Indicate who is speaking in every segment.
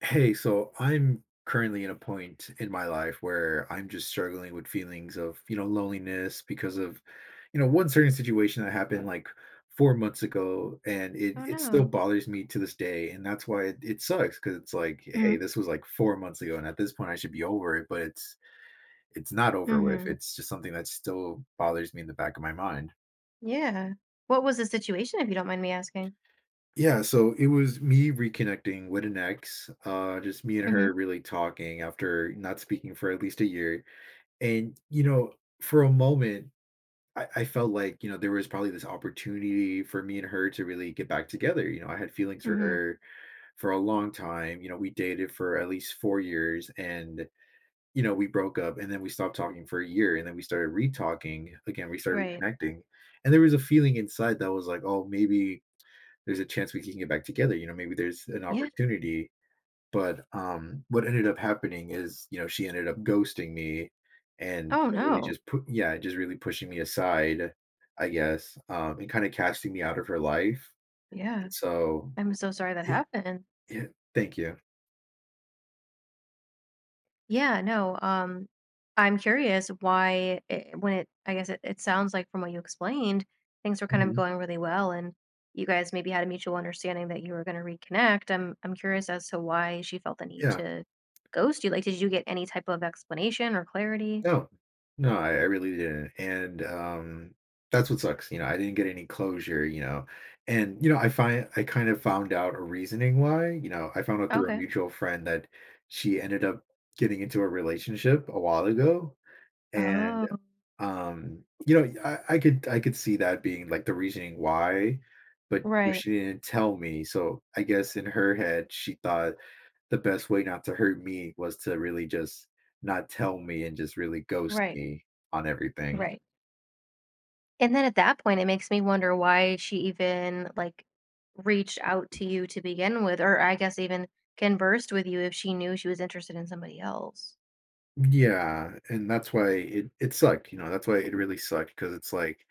Speaker 1: Hey, so I'm currently in a point in my life where I'm just struggling with feelings of, loneliness because of, one certain situation that happened like 4 months ago, and it
Speaker 2: Oh,
Speaker 1: it still
Speaker 2: no.
Speaker 1: bothers me to this day, and that's why it sucks because it's like, hey,
Speaker 2: Mm,
Speaker 1: this was like 4 months ago, and at this point I should be over it, but it's not over with.
Speaker 2: mhm.
Speaker 1: It's just something that still bothers me in the back of my mind.
Speaker 2: Yeah. What was the situation, if you don't mind me asking?
Speaker 1: Yeah, so it was me reconnecting with an ex, just me and
Speaker 2: Mhm,
Speaker 1: her really talking after not speaking for at least a year. And, you know, for a moment, I felt like, you know, there was probably this opportunity for me and her to really get back together. You know, I had feelings for
Speaker 2: mhm.
Speaker 1: her for a long time. You know, we dated for at least 4 years and, you know, we broke up and then we stopped talking for a year and then we started re talking again. We started
Speaker 2: Right.
Speaker 1: reconnecting. And there was a feeling inside that was like, oh, maybe there's a chance we can get back together. You know, maybe there's an
Speaker 2: Yeah.
Speaker 1: opportunity but, what ended up happening is, you know, she ended up ghosting me and,
Speaker 2: Oh,
Speaker 1: you know, really
Speaker 2: no.
Speaker 1: just put, yeah, just really pushing me aside, I guess, and kinda casting me out of her life.
Speaker 2: Yeah.
Speaker 1: So
Speaker 2: I'm so sorry that
Speaker 1: it
Speaker 2: happened.
Speaker 1: it Thank you.
Speaker 2: Yeah, no, I'm curious why it when it I guess it sounds like from what you explained, things were kind of
Speaker 1: Mhm.
Speaker 2: going really well, and you guys maybe had a mutual understanding that you were gonna reconnect. I'm curious as to why she felt the need
Speaker 1: Yeah.
Speaker 2: to ghost you. Like, did you get any type of explanation or clarity?
Speaker 1: No. No, I really didn't, and, that's what sucks, you know, I didn't get any closure, you know, and, you know, I kind of found out a reasoning why, you know, I found out through a
Speaker 2: Okay.
Speaker 1: mutual friend that she ended up getting into a relationship a while ago. And,
Speaker 2: Oh,
Speaker 1: you know, I could see that being, like, the reasoning why, but, you know,
Speaker 2: right.
Speaker 1: she didn't tell me, so I guess in her head, she thought the best way not to hurt me was to really just not tell me and just really ghost
Speaker 2: Right,
Speaker 1: me on everything.
Speaker 2: right. And then at that point, it makes me wonder why she even like reached out to you to begin with, or I guess even conversed with you if she knew she was interested in somebody else.
Speaker 1: Yeah, and that's why it sucked, you know, that's why it really sucked because it's like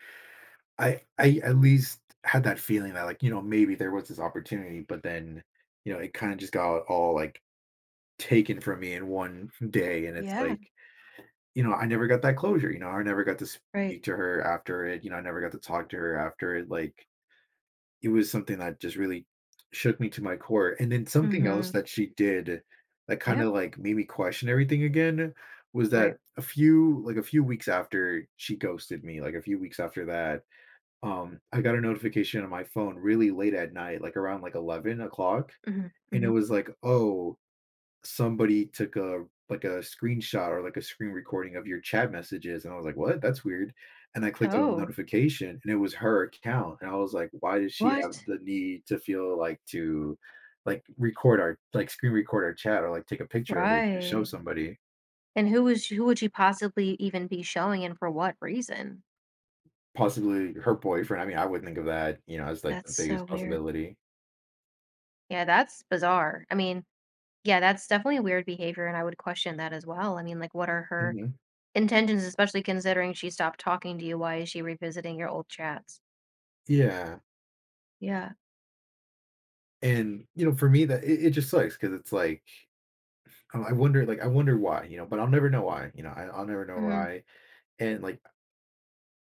Speaker 1: I at least had that feeling that, like, you know, maybe there was this opportunity, but then, you know, it kinda just got all, like, taken from me in one day, and it's
Speaker 2: Yeah,
Speaker 1: like, you know, I never got that closure, you know, I never got to
Speaker 2: right.
Speaker 1: speak to her after it, you know, I never got to talk to her after it, like, it was something that just really shook me to my core, and then something else
Speaker 2: Mm-hmm.
Speaker 1: that she did that
Speaker 2: Yep.
Speaker 1: kinda, like, made me question everything again was
Speaker 2: Right.
Speaker 1: that a few like, a few weeks after she ghosted me, like, a few weeks after that, I got a notification on my phone really late at night, like, around, like, 11 o'clock,
Speaker 2: Hmm,
Speaker 1: and it
Speaker 2: hmm.
Speaker 1: was like, "Oh, somebody took a like a screenshot or like a screen recording of your chat messages," and I was like, "What? That's weird." And I clicked on the
Speaker 2: Oh,
Speaker 1: notification, and it was her account, and I was like, "Why does she have
Speaker 2: what?
Speaker 1: the need to feel like to like record our like screen record our chat or like take a picture of it and show
Speaker 2: Right.
Speaker 1: somebody?"
Speaker 2: And who would she possibly even be showing, and for what reason?
Speaker 1: Possibly her boyfriend. I mean, I would think of that, you know, as like the
Speaker 2: That's
Speaker 1: biggest
Speaker 2: so weird.
Speaker 1: possibility.
Speaker 2: Yeah, that's bizarre. I mean, yeah, that's definitely weird behavior, and I would question that as well. I mean, like, what are her
Speaker 1: Mhm.
Speaker 2: intentions, especially considering she stopped talking to you, why is she revisiting your old chats?
Speaker 1: Yeah,
Speaker 2: Yeah.
Speaker 1: and you know, for me, that it just sucks because it's like I wonder why, you know, but I'll never know why, you know, I'll never know
Speaker 2: Mhm,
Speaker 1: why. And, like,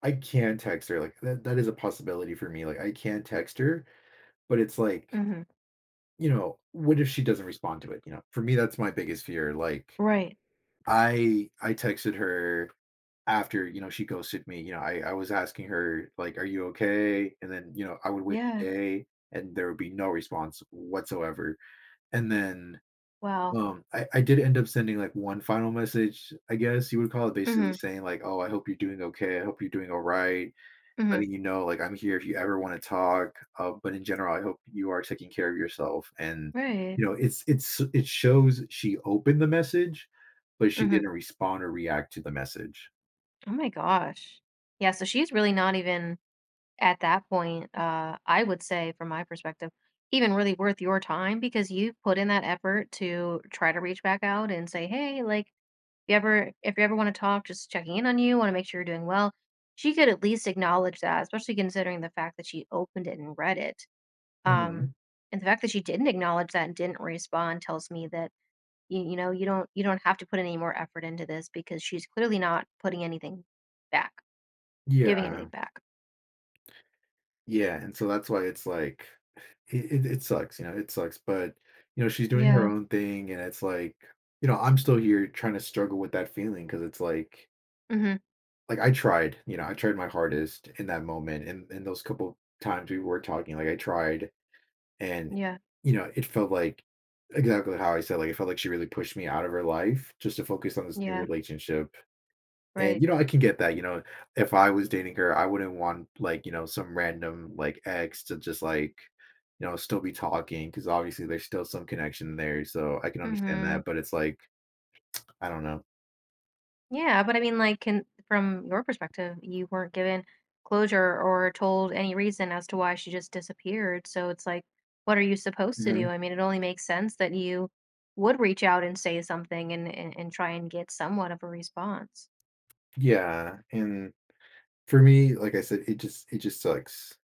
Speaker 1: I can text her, like, that is a possibility for me, like, I can text her, but it's like,
Speaker 2: mhm.
Speaker 1: you know, what if she doesn't respond to it, you know? For me, that's my biggest fear, like,
Speaker 2: Right.
Speaker 1: I texted her after, you know, she ghosted me, you know, I was asking her, like, "Are you okay?" And then, you know, I would wait a
Speaker 2: Yeah.
Speaker 1: day, and there would be no response whatsoever, and then,
Speaker 2: Wow.
Speaker 1: I did end up sending, like, one final message, I guess you would call it, basically
Speaker 2: Mhm,
Speaker 1: saying, like, "Oh, I hope you're doing okay, I hope you're doing alright,
Speaker 2: mhm.
Speaker 1: letting you know, like, I'm here if you ever want to talk. But in general, I hope you are taking care of yourself." And
Speaker 2: Right.
Speaker 1: you know, it shows she opened the message, but she
Speaker 2: Mhm.
Speaker 1: didn't respond or react to the message.
Speaker 2: Oh my gosh. Yeah, so she's really not even at that point, I would say from my perspective, even really worth your time because you put in that effort to try to reach back out and say, "Hey, like, you ever if you ever wanna talk, just checking in on you, wanna make sure you're doing well." She could at least acknowledge that, especially considering the fact that she opened it and read it. Um,
Speaker 1: Hmm.
Speaker 2: and the fact that she didn't acknowledge that and didn't respond tells me that you know, you don't have to put any more effort into this because she's clearly not putting anything back, giving anything
Speaker 1: Yeah,
Speaker 2: back.
Speaker 1: yeah, and so that's why it's like it sucks, you know, it sucks. But you know, she's doing her
Speaker 2: Yeah.
Speaker 1: own thing, and it's like you know, I'm still here trying to struggle with that feeling because it's
Speaker 2: Mhm.
Speaker 1: like I tried, you know, I tried my hardest in that moment, and in those couple times we were talking, like I tried. And,
Speaker 2: Yeah.
Speaker 1: you know, it felt like exactly how I said, like, it felt like she really pushed me out of her life just to focus on this new
Speaker 2: Yeah.
Speaker 1: relationship. And,
Speaker 2: Right.
Speaker 1: you know, I can get that. You know, if I was dating her, I wouldn't want, like, you know, some random, like, ex to just, like, you know, still be talking because obviously there's still some connection there. So I can understand
Speaker 2: Mhm.
Speaker 1: that. But it's like, I don't know.
Speaker 2: Yeah, but I mean, like, can from your perspective, you weren't given closure or told any reason as to why she just disappeared. So it's like, what are you supposed to
Speaker 1: Mhm.
Speaker 2: do? I mean, it only makes sense that you would reach out and say something and try and get somewhat of a response.
Speaker 1: Yeah. And for me, like I said, it just sucks.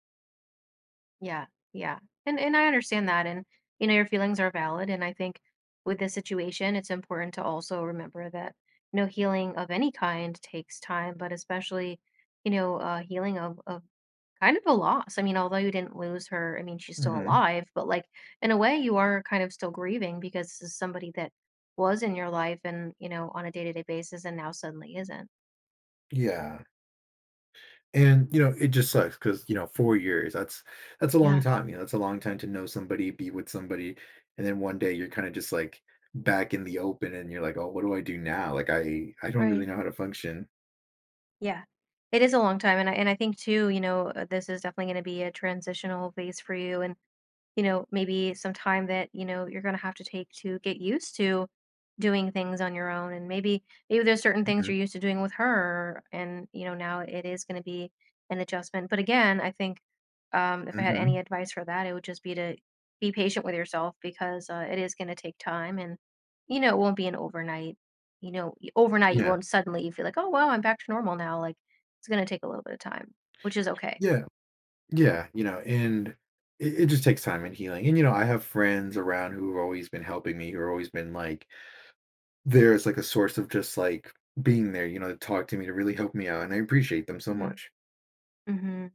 Speaker 2: Yeah, yeah, and I understand that, and you know, your feelings are valid, and I think with this situation, it's important to also remember that no healing of any kind takes time, but especially you know, healing of kind of a loss. I mean, although you didn't lose her, I mean, she's still
Speaker 1: Hmm.
Speaker 2: alive, but like in a way, you are kind of still grieving because this is somebody that was in your life and, you know, on a day to day basis and now suddenly isn't.
Speaker 1: Yeah. And you know, it just sucks because you know, 4 years, that's a long
Speaker 2: Yeah,
Speaker 1: time. You know, that's a long time to know somebody, be with somebody, and then one day you're kind of just like back in the open, and you're like, oh, what do I do now? Like, I don't really
Speaker 2: right.
Speaker 1: know how to function.
Speaker 2: Yeah. It is a long time. And I think too, you know, this is definitely going to be a transitional phase for you. And you know, maybe some time that, you know, you're going to have to take to get used to doing things on your own and maybe there's certain things
Speaker 1: Mhm,
Speaker 2: you're used to doing with her and you know now it is going to be an adjustment. But again, I think if I had any
Speaker 1: mhm.
Speaker 2: advice for that it would just be to be patient with yourself because it is going to take time and you know it won't be an overnight overnight you
Speaker 1: Yeah,
Speaker 2: won't suddenly feel like, oh well, I'm back to normal now, like it's going to take a little bit of time, which is okay.
Speaker 1: yeah, yeah. You know, and it just takes time and healing. And you know, I have friends around who have always been helping me, who have always been like there's like a source of just like being there. You know, to talk to me, to really help me out, and I appreciate them so
Speaker 2: Hmm,
Speaker 1: much.
Speaker 2: hmm.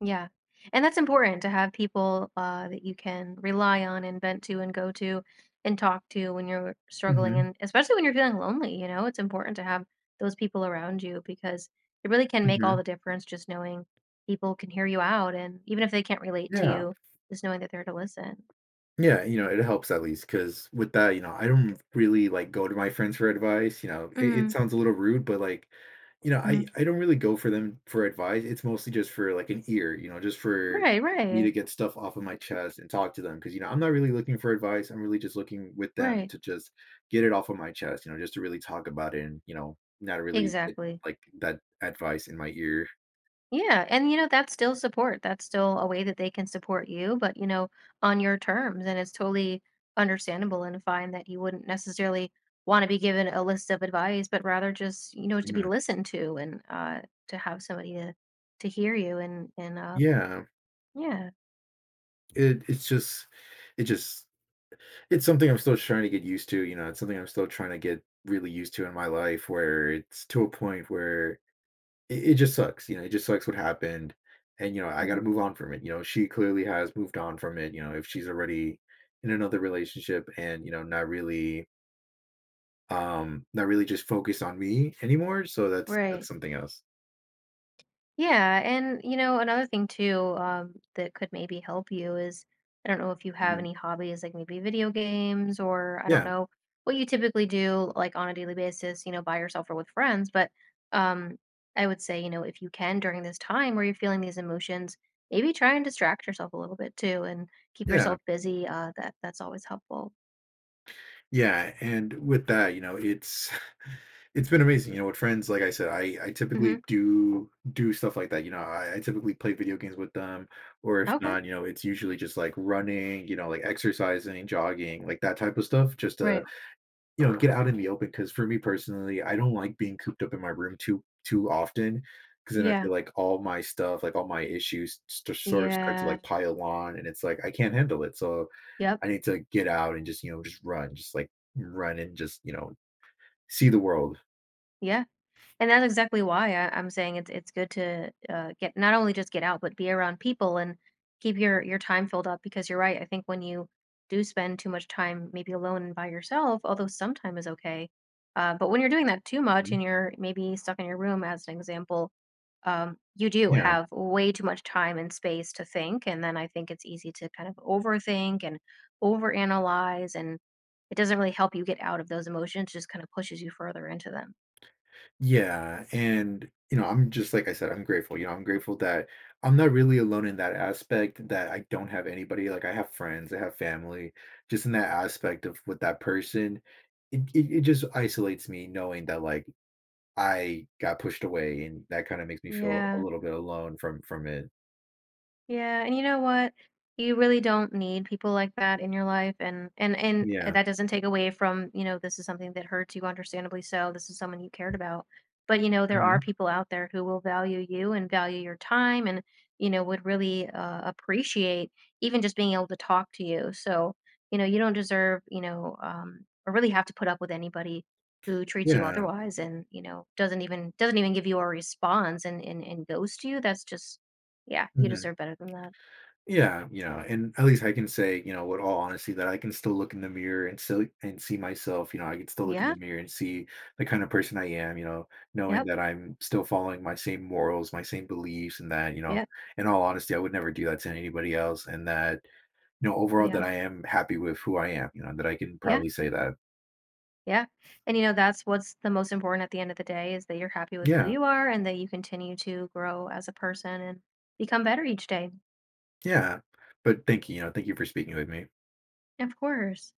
Speaker 2: Yeah. And that's important to have people that you can rely on and vent to and go to and talk to when you're struggling.
Speaker 1: Hmm.
Speaker 2: And especially when you're feeling lonely, you know, it's important to have those people around you because it really can make all
Speaker 1: Hmm.
Speaker 2: the difference just knowing people can hear you out. And even if they can't relate to
Speaker 1: Yeah.
Speaker 2: you, just knowing that they're to listen.
Speaker 1: Yeah, you know, it helps at least because with that, you know, I don't really, like, go to my friends for advice, you know, it
Speaker 2: Mm-hmm,
Speaker 1: sounds a little rude, but, like, you know, I
Speaker 2: mm-hmm.
Speaker 1: I don't really go for them for advice, it's mostly just for, like, an ear, you know, just for
Speaker 2: Right,
Speaker 1: me to
Speaker 2: right,
Speaker 1: get stuff off of my chest and talk to them because you know, I'm not really looking for advice, I'm really just looking with them
Speaker 2: right.
Speaker 1: to just get it off of my chest, you know, just to really talk about it and, you know, not really get,
Speaker 2: Exactly.
Speaker 1: like, that advice in my ear.
Speaker 2: Yeah, and you know, that's still support. That's still a way that they can support you, but you know, on your terms. And it's totally understandable and fine that you wouldn't necessarily want to be given a list of advice, but rather just, you know, to be
Speaker 1: Mhm.
Speaker 2: listened to and to have somebody to hear you and
Speaker 1: Yeah,
Speaker 2: yeah.
Speaker 1: it it's just it just it's something I'm still trying to get used to. You know, it's something I'm still trying to get really used to in my life where it's to a point where it just sucks. You know, it just sucks what happened. And, you know, I got
Speaker 2: Hmm.
Speaker 1: to move on from it. You know, she clearly has moved on from it. You know, if she's already in another relationship and, you know, not really, not really just focused on me anymore. So that's
Speaker 2: Right.
Speaker 1: something else.
Speaker 2: Yeah, and you know, another thing too, that could maybe help you is I don't know if you have
Speaker 1: Mhm.
Speaker 2: any hobbies like maybe video games or I don't
Speaker 1: Yeah.
Speaker 2: know what you typically do like on a daily basis, you know, by yourself or with friends, but um I would say, you know, if you can during this time where you're feeling these emotions, maybe try and distract yourself a little bit too and keep
Speaker 1: Yeah.
Speaker 2: yourself busy. That that's always helpful.
Speaker 1: Yeah, and with that, you know, it's it's been amazing. You know, with friends, like I said, I typically
Speaker 2: Mhm.
Speaker 1: do do stuff like that. You know, I typically play video games with them, or if
Speaker 2: Okay.
Speaker 1: not, you know, it's usually just like running, you know, like exercising, jogging, like that type of stuff, just to
Speaker 2: Right.
Speaker 1: you know get out in the open. Because for me personally, I don't like being cooped up in my room too too often. Because then I
Speaker 2: Yeah.
Speaker 1: feel like all my stuff, like all my issues, just sort of start to
Speaker 2: Yeah.
Speaker 1: like pile on, and it's like I can't handle it. So
Speaker 2: Yep.
Speaker 1: I need to get out and just, you know, just run, just like run and just, you know, see the world.
Speaker 2: Yeah. And that's exactly why I'm saying it's good to get not only just get out, but be around people and keep your time filled up. Because you're right. I think when you do spend too much time maybe alone and by yourself, although some time is okay, but when you're doing that too much and
Speaker 1: Mhm.
Speaker 2: you're maybe stuck in your room, as an example, you do
Speaker 1: Yeah.
Speaker 2: have way too much time and space to think, and then I think it's easy to kind of overthink and overanalyze, and it doesn't really help you get out of those emotions. Just kind of pushes you further into them.
Speaker 1: Yeah. And, you know, I'm just like I said, I'm grateful. You know, I'm grateful that I'm not really alone in that aspect that I don't have anybody. Like I have friends, I have family. Just in that aspect of with that person, it just isolates me knowing that like I got pushed away and that kind of makes me feel a
Speaker 2: Yeah.
Speaker 1: little bit alone from it.
Speaker 2: Yeah, and you know what? You really don't need people like that in your life and
Speaker 1: Yeah.
Speaker 2: that doesn't take away from, you know, this is something that hurts you understandably so. This is someone you cared about. But you know, there are
Speaker 1: Hmm.
Speaker 2: people out there who will value you and value your time and you know, would really appreciate even just being able to talk to you. So, you know, you don't deserve, you know, or really have to put up with anybody who treats you
Speaker 1: Yeah.
Speaker 2: otherwise and, you know, doesn't even give you a response and ghosts you. That's just yeah, you
Speaker 1: Mhm.
Speaker 2: deserve better than that.
Speaker 1: Yeah, you know, and at least I can say, you know, with all honesty that I can still look in the mirror and still and see myself, you know, I can still look in the
Speaker 2: Yeah,
Speaker 1: mirror and see the kind of person I am, you know, knowing
Speaker 2: yep,
Speaker 1: that I'm still following my same morals, my same beliefs and that, you know,
Speaker 2: yep,
Speaker 1: in all honesty, I would never do that to anybody else and that, you know, overall that
Speaker 2: yeah,
Speaker 1: I am happy with who I am, you know, that I can
Speaker 2: yeah,
Speaker 1: probably say that.
Speaker 2: yeah. And, you know, that's what's the most important at the end of the day is that you're happy with who
Speaker 1: Yeah.
Speaker 2: you are and that you continue to grow as a person and become better each day.
Speaker 1: Yeah. But thank you, you know, thank you for speaking with me.
Speaker 2: Of course.